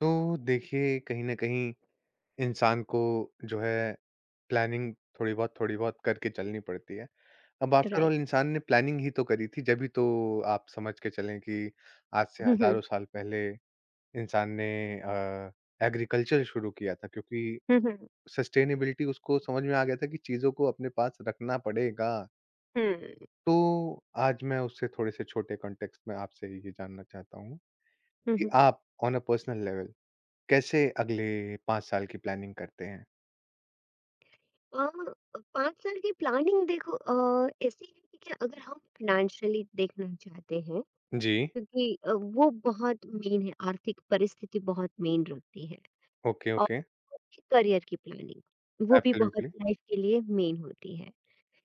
तो देखिए कहीं न कहीं इंसान को जो है प्लानिंग थोड़ी बहुत करके चलनी पड़ती है। अब आफ्टर राइट। ऑल इंसान ने प्लानिंग ही तो करी थी जभी तो आप समझ के चलें कि आज से हुँ, हज़ारों हुँ। साल पहले इंसान ने अ, एग्रीकल्चर शुरू किया था क्योंकि हुँ, हुँ। सस्टेनेबिलिटी उसको समझ में आ गया था कि चीज़ों को अपने पास रखना पड़ेगा। हुँ, तो आज मैं उससे थोड़े से छोटे कॉन्टेक्स्ट में आपसे ये जानना चाहता हूँ हुँ, कि हुँ। आप ऑन अ पर्सनल लेवल कैसे अगले 5 साल की प्लानिंग करते हैं? अ, 5 साल की प्लानिंग देखो ऐसी है कि क्या अगर हम फ़ाइनेंशियली देखना चाहते हैं, जी। क्योंकि वो बहुत मेन है। आर्थिक परिस्थिति बहुत मेन रखती है, ओके, और ओके। करियर की प्लानिंग, वो भी बहुत एब्सोल्युटली। लाइफ़ के लिए मेन होती है,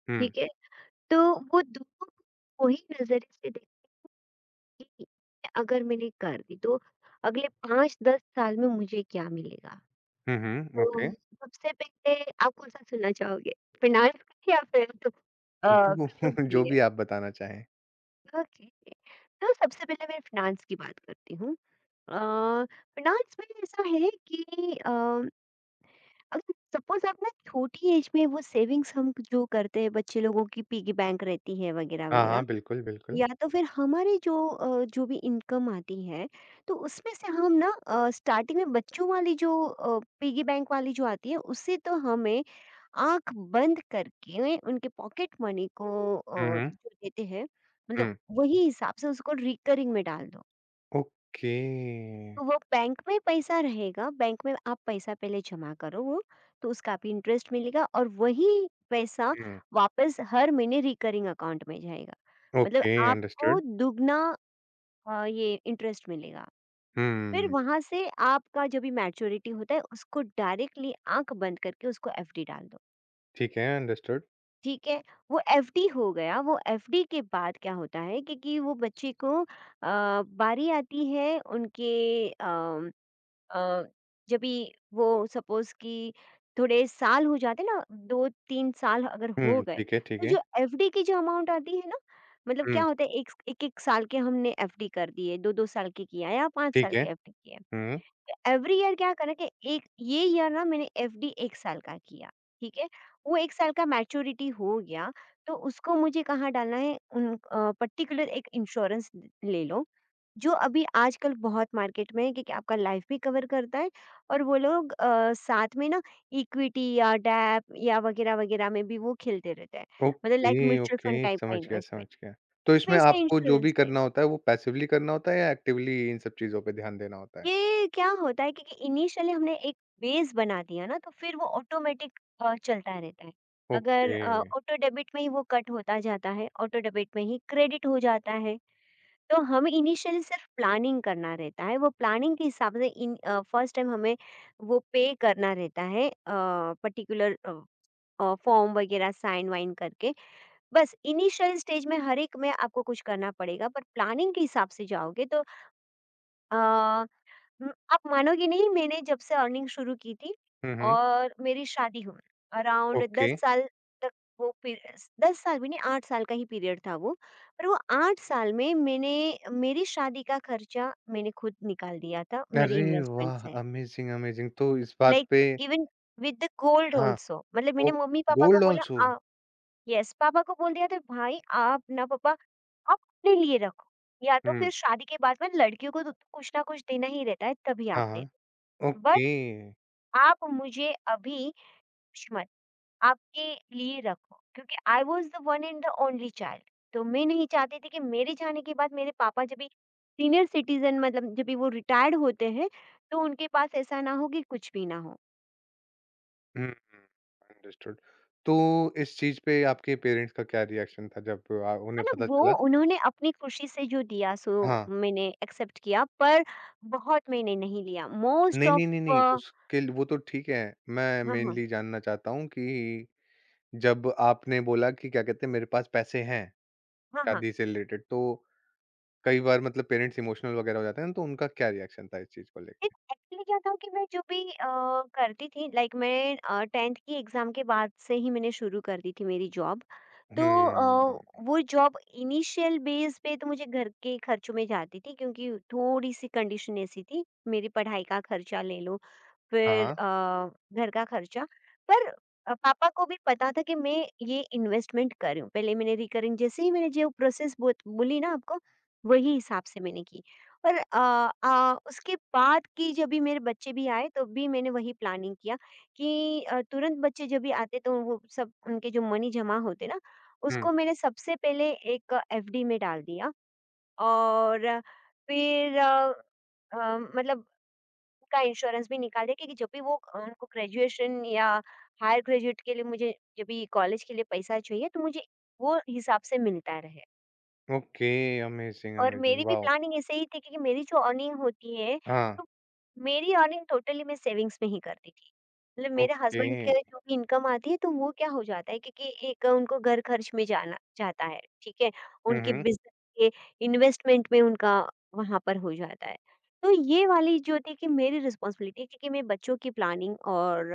हुँ। ठीक है? तो वो दोनों को ही नज़रिए से देखिए कि अगर मैंने कर दी तो अगले 5-10 साल में मुझे क्या मिलेगा? हुँ, हुँ। तो ओके। सबसे पहले आप कौन-सा सुनना चाहोगे? फिनांस का या फिर तो अ, जो क्लोज के जो लिए? भी आप बताना चाहें। ओके। तो सबसे पहले मैं फिनांस की बात करती हूँ। अ, फिनांस में ऐसा है कि अ, अगर सपोज़ आप ना छोटी एज में वो सेविंग्स हम जो करते हैं, बच्चे लोगों की पिग्गी बैंक रहती है हाँ, हाँ। वगैरह-वगैरह। बिल्कुल, बिल्कुल। या तो फिर हमारी जो जो भी इनकम आती है तो उसमें से हम ना स्टार्टिंग में बच्चों वाली जो पिगी बैंक वाली जो आती है उससे तो हमें आंख बंद करके उनके पॉकेट मनी को हुँ, हुँ। जो देते हैं, मतलब हुँ। वही हिसाब से उसको रिकरिंग में डाल दो। ओके। तो वो बैंक में पैसा रहेगा, बैंक में आप पैसा पहले जमा करो, वो तो उसका भी इंटरेस्ट मिलेगा और वही पैसा हुँ। वापस हर महीने रिकरिंग अकाउंट में जाएगा। मतलब ओके, आपको अंडरस्टूड। दुगना ये इंटरेस्ट मिलेगा। फिर हुँ। वहाँ से आपका जो भी मैच्योरिटी होता है उसको डायरेक्टली आँख बंद करके उसको एफडी डाल दो, ठीक है, अंडरस्टूड। ठीक है? वो एफडी हो गया, वो एफडी के बाद क्या होता है कि वो बच्चे को बारी आती है उनके अ अ, जब भी वो सपोज़ कि थोड़े साल हो जाते ना, 2-3 साल अगर हो हुँ, गए, ठीक है, ठीक तो है। जो एफडी की जो अमाउंट आती है ना, मतलब हुँ, क्या होता है एक स 1-1 साल के हमने एफडी कर दी है, 2-2 साल की किया या 5 ठीक साल है। की एफडी किया। हुँ। एवरी ईयर क्या करना कि एक ये ईयर ना मैंने एफडी 1 साल का किया, ठीक है? वो 1 साल का मैच्योरिटी हो गया, तो उसको मुझे कहाँ डालना है, उन पर्टिकुलर एक इंश्योरेंस ले लो, जो अभी आजकल बहुत मार्केट में है क्योंकि आपका लाइफ भी कवर करता है और वो लोग साथ में ना इक्विटी या डैप या वगैरह-वगैरह में भी वो खेलते रहते हैं। मतलब like okay, mutual okay. Fund type का समझ गया, समझ इन्वेस्टमेंट, गया। तो इसमें वैसा आपको जो भी इंश्योरेंस ले करना लो। होता है वो पैसिवली करना होता है या एक्टिवली इन सब चीज़ों पे ध्यान देना होता है? ये क्या होता है, क्योंकि इनिशियली हमने एक बेस बना दिया ना तो फिर वो ऑटोमेटिक चलता रहता है। अगर ओके। ऑटो डेबिट में ही वो कट होता जाता है, ऑटो डेबिट में ही क्रेडिट हो जाता है। तो हमें इनिशियली सिर्फ प्लानिंग करना रहता है, वो प्लानिंग के हिसाब से इन फर्स्ट टाइम हमें वो पे करना रहता है पर्टिकुलर फॉर्म वगैरह साइन वाइन करके। बस इनिशियल स्टेज में हर एक में आपको कुछ करना पड़ेगा, पर प्लानिंग के हिसाब से जाओगे तो अ हुँ, आप मानोगे नहीं, मैंने जब से अर्निंग शुरू की थी हुँ, हुँ। और मेरी शादी हुई, अराउंड ओके। 10 साल तक, वो पीरियड्स 10 साल भी नहीं, 8 साल का ही पीरियड था वो। पर वो 8 साल में मैंने मेरी शादी का खर्चा मैंने खुद निकाल दिया था मेरे अरे इन्वेस्टमेंट वाह! से। Amazing, amazing. तो इस बात लाइक पे इवन विद द गोल्ड हाँ, आल्सो, मतलब ओ मैंने मम्मी-पापा को गोल्ड बोला ऑल्सो? येस, पापा को बोल दिया था भाई, आप ना पापा आप अपने लिए रखो, या तो हुँ, फिर शादी के बाद में लड़कियों को तो कुछ ना कुछ देना ही रहता है, तभी आप हाँ, दे हाँ, दो। But okay. आप मुझे अभी दुश्मन आपके लिए रखो क्योंकि I was the one and the only child, तो मैं नहीं चाहती थी कि मेरे जाने के बाद मेरे पापा जब भी सीनियर सिटीजन, मतलब जब भी वो रिटायर्ड होते हैं तो उनके पास ऐसा ना हो कि कुछ भी ना हो। हुँ, हुँ, अंडरस्टूड। तो इस चीज़ पे आपके पेरेंट्स का क्या रिएक्शन था जब उन्हें पता मतलब वो चला? उन्होंने अपनी खुशी से जो दिया सो हाँ, मैंने एक्सेप्ट किया, पर बहुत मैंने नहीं लिया, मोस्ट नहीं, ऑफ। नहीं, नहीं, नहीं, हाँ, उसके ल वो तो ठीक है, मैं हाँ, मेनली जानना चाहता हूँ कि जब आपने बोला कि क्या कहते हैं मेरे पास पैसे हैं, हाँ, हाँ। शादी से रिलेटेड तो कई बार मतलब पेरेंट्स इमोशनल वगैरह हो जाते हैं ना, तो उनका क्या रिएक्शन था इस चीज़ को एक लेके? एक्चुअली क्या था कि मैं जो भी करती थी लाइक मैं 10th की एग्ज़ाम के बाद से ही मैंने शुरू कर दी थी मेरी जॉब। तो हुँ, वो जॉब इनिशियल बेस पे तो मुझे घर के खर्चों में जाती थी क्योंकि थोड़ी-सी कंडीशन ऐसी थी, मेरी पढ़ाई का खर्चा ले लो, हाँ, फिर हाँ। घर का खर्चा, पर पापा को भी पता था कि मैं ये इन्वेस्टमेंट कर रही हूँ। पहले मैंने रिकरिंग जैसे ही मैंने जो प्रोसेस बो बोली ना आपको, वही हिसाब से मैंने की और उसके बाद की जब भी मेरे बच्चे भी आए, तब भी मैंने वही प्लानिंग किया कि तुरंत बच्चे जब भी आते तो वो सब उनके जो मनी जमा होते ना, हुँ। उसको मैंने सबसे पहले एक एफडी में डाल दिया, और फिर अ, मतलब उनका इंश्योरेंस भी निकाल दिया क्योंकि जब भी वो उनको ग्रेजुएशन या हायर ग्रेजुएट के लिए मुझे जब भी कॉलेज के लिए पैसा चाहिए तो मुझे वो हिसाब से मिलता रहे। ओके, अमेज़िंग, और अमेज़िंग, मेरी भी वॉव! प्लानिंग ऐसे ही थी क्योंकि मेरी जो अर्निंग होती है, हाँ, तो मेरी अर्निंग टोटली मैं सेविंग्स में ही करती थी। मतलब मेरे ओके। हस्बैंड के जो भी इनकम आती है तो वो क्या हो जाता है, क्योंकि एक उनको घर खर्च में जाना जाता है, ठीक है? हुँ, उनके हुँ, बिज़नेस के इन्वेस्टमेंट में उनका वहाँ पर हो जाता है। तो ये वाली जो थी कि मेरी रिस्पॉन्सिबिलिटी, क्योंकि मैं बच्चों की प्लानिंग और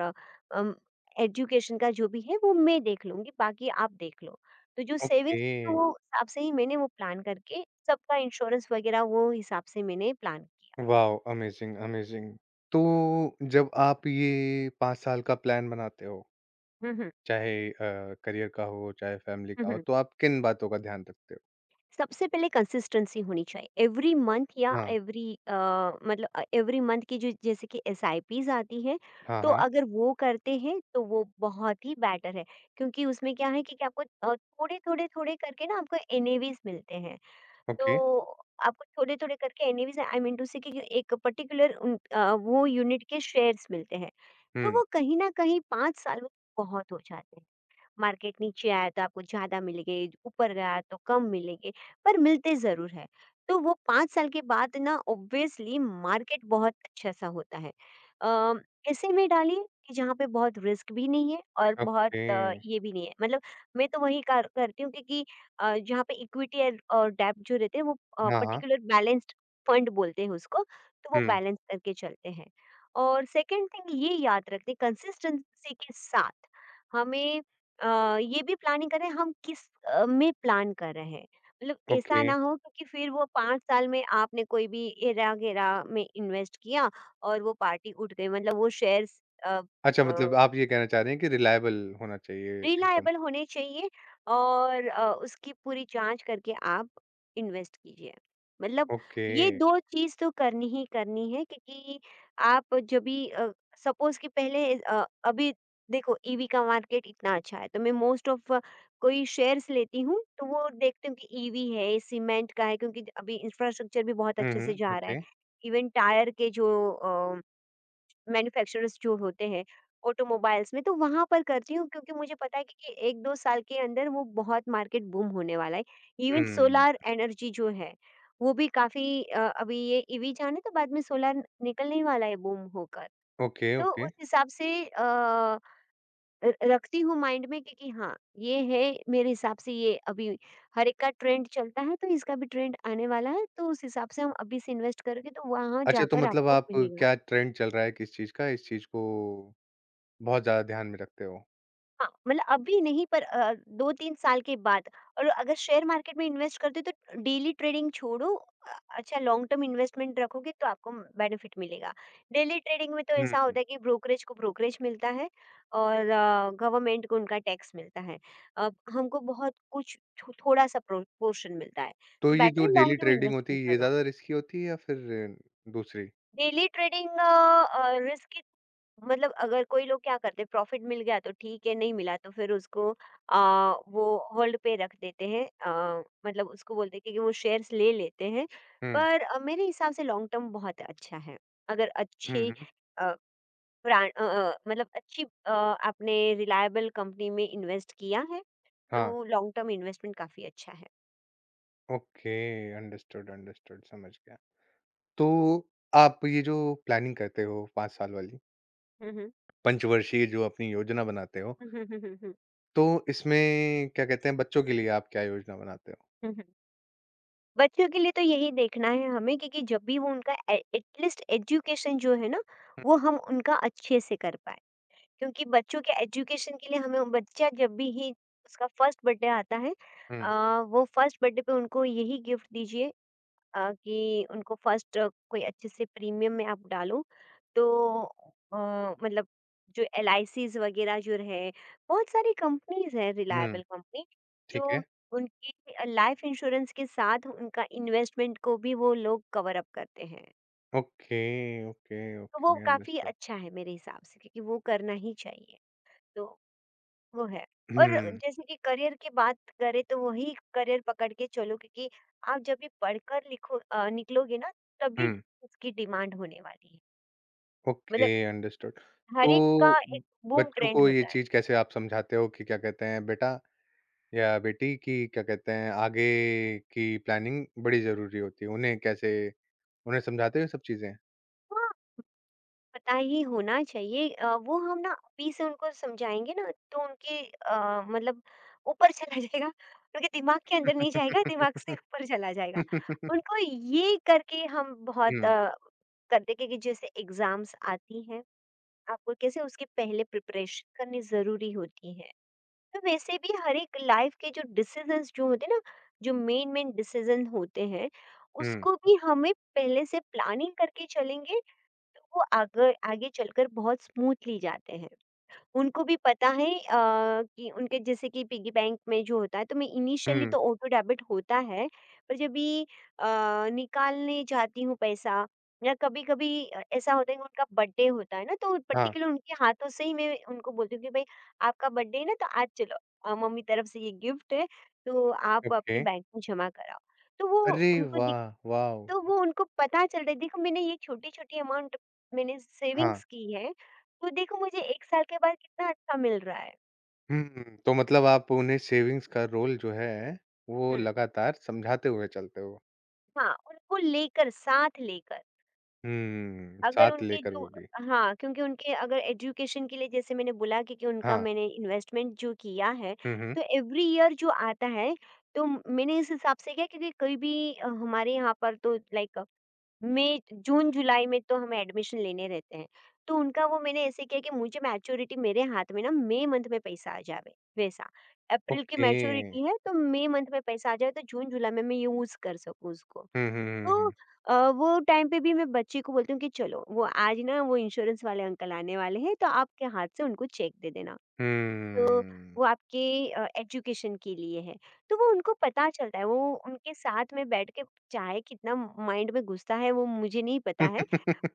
अम, एजुकेशन का जो भी है वो मैं देख लूँगी, बाकी आप देख लो। तो जो ओके, सेविंग्स तो वो हिसाब से ही मैंने वो प्लान करके सबका इंश्योरेंस वगैरह वो हिसाब से मैंने प्लान किया। वॉव! Amazing, amazing. तो जब आप ये 5 साल का प्लान बनाते हो, हुँ, हुँ, चाहे करियर का हो, चाहे फैमिली हुँ, का हो, हुँ। तो आप किन बातों का ध्यान रखते हो? सबसे पहले कंसिस्टेंसी होनी चाहिए। एवरी मंथ या हाँ, एवरी मतलब एवरी मंथ की जो जैसे कि एसआईपीज़ आती हैं, हाँ, तो हाँ, अगर वो करते हैं तो वो बहुत ही बेटर है। क्योंकि उसमें क्या है कि आपको थोड़े-थोड़े, थोड़े थोड़े करके ना आपको एनएवीज़ मिलते हैं। तो ओके, आपको थोड़े-थोड़े करके एनएवीज आई मीन टू से कि एक पर्टिकुलर उन वो यूनिट के शेयर्स मिलते हैं। तो हुँ, वो कहीं न कहीं 5 साल में बहुत हो जाते हैं। मार्केट नीचे आया तो आपको ज़्यादा मिलेंगे, ऊपर गया तो कम मिलेंगे, पर मिलते ज़रूर हैं। तो वो 5 साल के बाद ना ऑब्वियसली मार्केट बहुत अच्छा-सा होता है। अ, ऐसे में डालिए कि जहाँ पे बहुत रिस्क भी नहीं है और बहुत ओके, ये भी नहीं है। मतलब मैं तो वही कार करती हूँ, क्योंकि जहाँ पे इक्विटी एंड और डेब्ट जो रहते हैं वो हाँ, हाँ, पर्टिकुलर बैलेंस्ड फंड बोलते हैं उसको, तो वो हुँ, बैलेंस करके चलते हैं। और सेकंड थिंग ये याद रखते कंसिस्टेंसी के साथ हमें ये भी प्लानिंग कर रहे हैं हम किस में प्लान कर रहे हैं। मतलब ओके। ऐसा ना हो क्योंकि फिर वो 5 साल में आपने कोई भी हेरा-घेरा में इन्वेस्ट किया और वो पार्टी उठ गई, मतलब वो शेयर्स अच्छा, अ मतलब आप ये कहना चाह रहे हैं कि रिलायबल होना चाहिए एकदम, रिलाएबल होने चाहिए, और उसकी पूरी जाँच करके आप इन्वेस्ट कीजिए। मतलब ओके। ये 2 चीज़ तो करनी ही करनी है क्योंकि आप जब भी सपोज़ कि पहले अभी देखो ईवी का मार्केट इतना अच्छा है, तो मैं मोस्ट ऑफ कोई शेयर्स लेती हूँ, तो वो देखती हूँ कि ईवी है, सीमेंट का है, क्योंकि अभी इंफ्रास्ट्रक्चर भी बहुत हुँ, अच्छे से जा रहा है। ओके, इवन टायर के जो मैन्युफैक्चरर्स जो होते हैं ऑटोमोबाइल्स में, तो वहाँ पर करती हूँ क्योंकि मुझे पता है कि 1-2 साल के अंदर वो बहुत मार्केट बूम होने वाला है। इवन हुँ, सोलार एनर्जी जो है, वो भी काफ़ी अभी ये ईवी जाने तो बाद में सोलार निकलने ही वाला है बूम होकर। ओके, तो ओके। उस हिसाब से र रखती हूँ माइंड में कि हाँ, ये है मेरे हिसाब से ये अभी हर एक का ट्रेंड चलता है तो इसका भी ट्रेंड आने वाला है, तो उस हिसाब से हम अभी से इन्वेस्ट करोगे तो वहाँ अच्छा, तो जाकर मतलब आपको आप मिलेगा। क्या ट्रेंड चल रहा है किस चीज़ का, इस चीज़ को बहुत ज़्यादा ध्यान में रखते हो। हाँ, मतलब अभी नहीं पर 2-3 साल के बाद। और अगर शेयर मार्केट में इन्वेस्ट करते हो तो डेली ट्रेडिंग छोड़ो, अच्छा लॉन्ग टर्म इन्वेस्टमेंट रखोगे तो आपको बेनिफिट मिलेगा। डेली ट्रेडिंग में तो हुँ, ऐसा हुँ। होता है कि ब्रोकरेज को ब्रोकरेज मिलता है और गवर्नमेंट को उनका टैक्स मिलता है। अब हमको बहुत कुछ थो थोड़ा-सा प्रो पोर्शन मिलता है। तो तो ये बेटर जो है डेली लॉन्ग टर्म ट्रेडिंग होती इन्वेस्टमेंट है, ये करो। ज़्यादा रिस्की होती है या फिर दूसरी? डेली ट्रेडिंग रिस्की, मतलब अगर कोई लोग क्या करते हैं प्रॉफिट मिल गया तो ठीक है, नहीं मिला तो फिर उसको अ, वो होल्ड पे रख देते हैं, मतलब उसको बोलते हैं कि वो शेयर्स ले लेते हैं। हुँ। पर मेरे हिसाब से लॉन्ग टर्म बहुत अच्छा है, अगर हुँ, अच्छी हुँ। अ, ब्रांड, मतलब अच्छी आपने रिलायबल कंपनी में इन्वेस्ट किया है हाँ, तो लॉन्ग टर्म इन्वेस्टमेंट काफी अच्छा है। ओके, अंडरस्टूड, अंडरस्टूड, समझ गया। तो आप ये जो प्लानिंग करते हो 5 साल वाली, हम्म, हम्म, पंचवर्षीय जो अपनी योजना बनाते हो, हम्म, हम्म, हम्म, हम्म, तो इसमें क्या कहते हैं, बच्चों के लिए आप क्या योजना बनाते हो? हम्म, बच्चों के लिए तो यही देखना है हमें, क्योंकि जब भी वो उनका एटलीस्ट एजुकेशन जो है ना हुँ, वो हम उनका अच्छे से कर पाए, क्योंकि बच्चों के एजुकेशन के लिए हमें बच्चा जब भी ही उसका फर्स्ट बर्थडे आता है, हुँ, वो फर्स्ट बर्थडे पे उनको यही गिफ्ट दीजिए, कि उनको फर्स्ट कोई अच्छे से प्रीमियम में आप डालो तो, अ, मतलब जो एलआईसीज़ वगैरह जो है, बहुत सारी कंपनीज़ हैं हुँ। रिलायबल कंपनी ठीक जो है। उनकी लाइफ इंश्योरेंस के साथ उनका इन्वेस्टमेंट को भी वो लोग कवर अप करते हैं। ओके, ओके, तो वो ओके, काफ़ी अंडरस्टूड। अच्छा है मेरे हिसाब से क्योंकि वो करना ही चाहिए, तो वो है। और हुँ, जैसे कि करियर की बात करें तो वही करियर पकड़ के चलो क्योंकि आप जब भी पढ़कर लिखो निकलोगे ना तभी हुँ। इसकी डिमांड होने वाली है। ओके, मतलब अंडरस्टूड। तो हर एक का ब- एक बूम बच्चों ट्रेंड को ये होता है। चीज कैसे आप समझाते हो कि क्या कहते हैं बेटा या बेटी की क्या कहते हैं आगे की प्लानिंग बड़ी जरूरी होती है उन्हें समझाते हो ये सब चीजें? हाँ, पता ही होना चाहिए, वो हम ना अभी से उनको समझाएँगे ना तो उनके मतलब ऊपर चला जाएगा, उनके दिमाग के अंदर नहीं जाएगा, दिमाग से ऊपर चला जाएगा। उनको ये करके हम बहुत हम्म, करते कि जैसे एग्ज़ाम्स आती हैं आपको कैसे उसकी पहले प्रिपरेशन करनी ज़रूरी होती है। तो वैसे भी हर एक लाइफ़ के जो डिसीज़न्स जो होते हैं ना, जो मेन-मेन डिसीज़न होते हैं, हम्म, उसको भी हमें पहले से प्लानिंग करके चलेंगे, तो वो आगे आगे चलकर बहुत स्मूथली जाते हैं। उनको भी पता है कि उनके जैसे कि पिग्गी बैंक में जो होता है तो मैं इनिशियली हम्म। तो ऑटो डेबिट होता है, पर जब भी अ, निकालने जाती हूँ पैसा या कभी-कभी ऐसा होता है कि उनका बर्थडे होता है ना तो हाँ। पर्टिकुलर उनके हाथों से ही मैं उनको बोलती हूँ कि भाई आपका बर्थडे है ना तो आज चलो, मम्मी तरफ से ये गिफ्ट है, तो आप ओके। अपने बैंक में जमा कराओ। तो वो अरे उनको वाह, वाह! तो वो उनको पता चल रहा है, देखो मैंने ये छोटी-छोटी अमाउंट मैंने हाँ। सेविंग्स की है, तो देखो मुझे 1 साल के बाद कितना अच्छा मिल रहा है। हम्म। तो मतलब आप उन्हें सेविंग्स का रोल जो है वो हुँ। लगातार समझाते हुए चलते हो? हाँ, उनको लेकर, साथ लेकर। हम्म, अगर साथ उनके लेकर, जो वो भी? हाँ, क्योंकि उनके अगर एजुकेशन के लिए जैसे मैंने बोला कि उनका हाँ। मैंने इन्वेस्टमेंट जो किया है, हम्म, हम्म। तो एवरी ईयर जो आता है, तो मैंने इस हिसाब से किया क्योंकि कोई भी हमारे यहाँ पर तो लाइक मई, जून, जुलाई में तो हमें एडमिशन लेने रहते हैं। तो उनका वो मैंने ऐसे किया कि मुझे मैच्योरिटी मेरे हाथ में ना मई मंथ में पैसा आ जावे, वैसा। अप्रैल की ओके। मैच्योरिटी है, तो मई मंथ में पैसा आ जाए तो जून, जुलाई में मैं यूज़ कर सकूँ उसको। हुँ, हुँ, तो हुँ, वो टाइम पे भी मैं बच्ची को बोलती हूँ कि चलो वो आज ना वो इंश्योरेंस वाले अंकल आने वाले हैं तो आपके हाथ से उनको चेक दे देना। तो हुँ। वो आपके एजुकेशन के लिए है, तो वो उनको पता चलता है, वो उनके साथ में बैठ के चाहे कितना माइंड में घुसता है वो मुझे नहीं पता है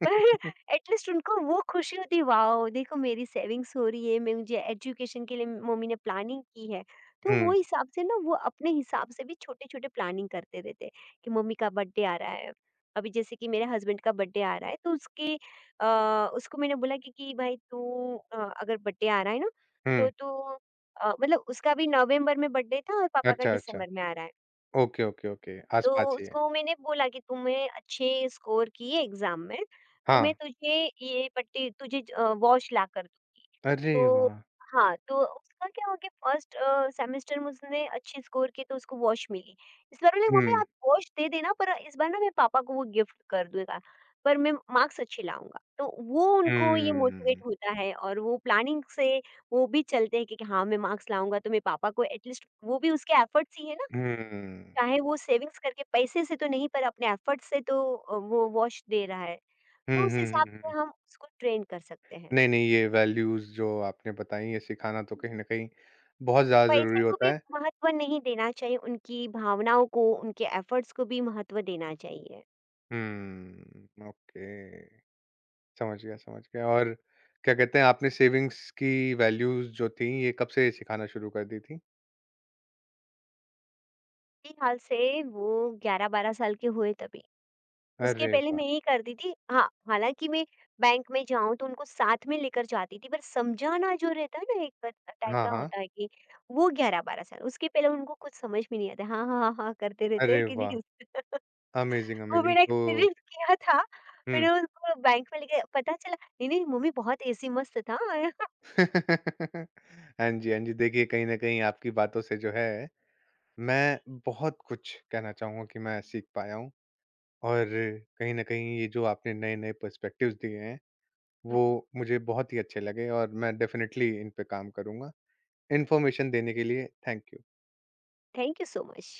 पर एटलीस्ट उनको वो खुशी होती है, वाओ देखो मेरी सेविंग्स हो रही है, मैं मुझे एजुकेशन के लिए मम्मी ने प्लानिंग की है। तो वो हुँ, हिसाब से ना वो अपने हिसाब से भी छोटे-छोटे प्लानिंग करते रहते हैं, कि मम्मी का बर्थडे आ रहा है। अभी जैसे कि मेरे हस्बैंड का बर्थडे आ रहा है तो उसके, अ, उसको मैंने बोला कि, भाई तू, अगर बर्थडे आ रहा है ना हुँ। तो तू, मतलब उसका भी नवंबर में बर्थडे था और पापा का अच्छा, अच्छा। दिसंबर में आ रहा है। Okay, okay, okay. तो आस-पास ही है। उसको मैंने बोला कि तूने अच्छे स्कोर किए एग्ज़ाम में, तो हाँ। मैं तुझे ये पट्टी तुझे वॉच लाकर दूँगी। अरे तो वाह! हाँ, तो उसका क्या हो गया, फर्स्ट सेमेस्टर में उसने अच्छे स्कोर किए तो उसको वॉच मिली। इस बार बोली मम्मी हुँ, आप वॉच दे देना पर इस बार ना मैं पापा को वो गिफ्ट कर दूँगा, पर मैं मार्क्स अच्छे लाऊँगा। तो वो हुँ, उनको ये मोटिवेट हुँ। होता है और वो प्लानिंग से वो भी चलते हैं कि हाँ, मैं मार्क्स लाऊँगा तो मैं पापा को एटलीस्ट, वो भी उसके एफर्ट्स ही है ना। हुँ, चाहे वो सेविंग्स करके पैसे से तो नहीं पर अपने एफर्ट से तो वो वॉश दे रहा है, हुँ, तो उस हुँ, हिसाब हुँ। से हम उसको ट्रेन कर सकते हैं। नहीं, नहीं, ये वैल्यूज़ जो आपने बताई ये सिखाना तो कहीं न कहीं बहुत ज़्यादा पैसे ज़रूरी को होता भी है। महत्व नहीं देना चाहिए, उनकी भावनाओं को, उनके एफर्ट्स को भी महत्व देना चाहिए। हुँ, ओके। समझ गया, समझ गया। और क्या कहते हैं आपने सेविंग्स की वैल्यूज़ जो थी ये कब से सिखाना शुरू कर दी थी? फिलहाल से वो 11-12 साल के हुए तभी। उसके अरे पहले वाह! मैं यही करती थी, हाँ, हालाँकि मैं बैंक में जाऊँ तो उनको साथ में लेकर जाती थी पर समझाना जो रहता है ना एक टाइप हाँ, का हाँ। होता है कि वो 11-12 साल उसके पहले उनको कुछ समझ में नहीं आता। हाँ, हाँ, हाँ, हाँ करते रहते अरे हैं कि वाह! नहीं। अमेज़िंग, वो अमेज़िंग। मेरा तो एक्सपीरियंस किया था। हुँ। मैंने उनको बैंक में लेके पता चला, नहीं, नहीं मम्मी बहुत ऐसी मस्त था। हाँ जी, हाँ जी। देखिए, कहीं न कहीं आपकी बातों से जो है, मैं बहुत कुछ कहना चाहूँगा कि मैं सीख पाया हूँ और कहीं न कहीं ये जो आपने नए-नए पर्सपेक्टिव्स दिए हैं, वो मुझे बहुत ही अच्छे लगे और मैं डेफ़िनेटली इन पे काम करूँगा। इन्फॉर्मेशन देने के लिए thank you. Thank you so much.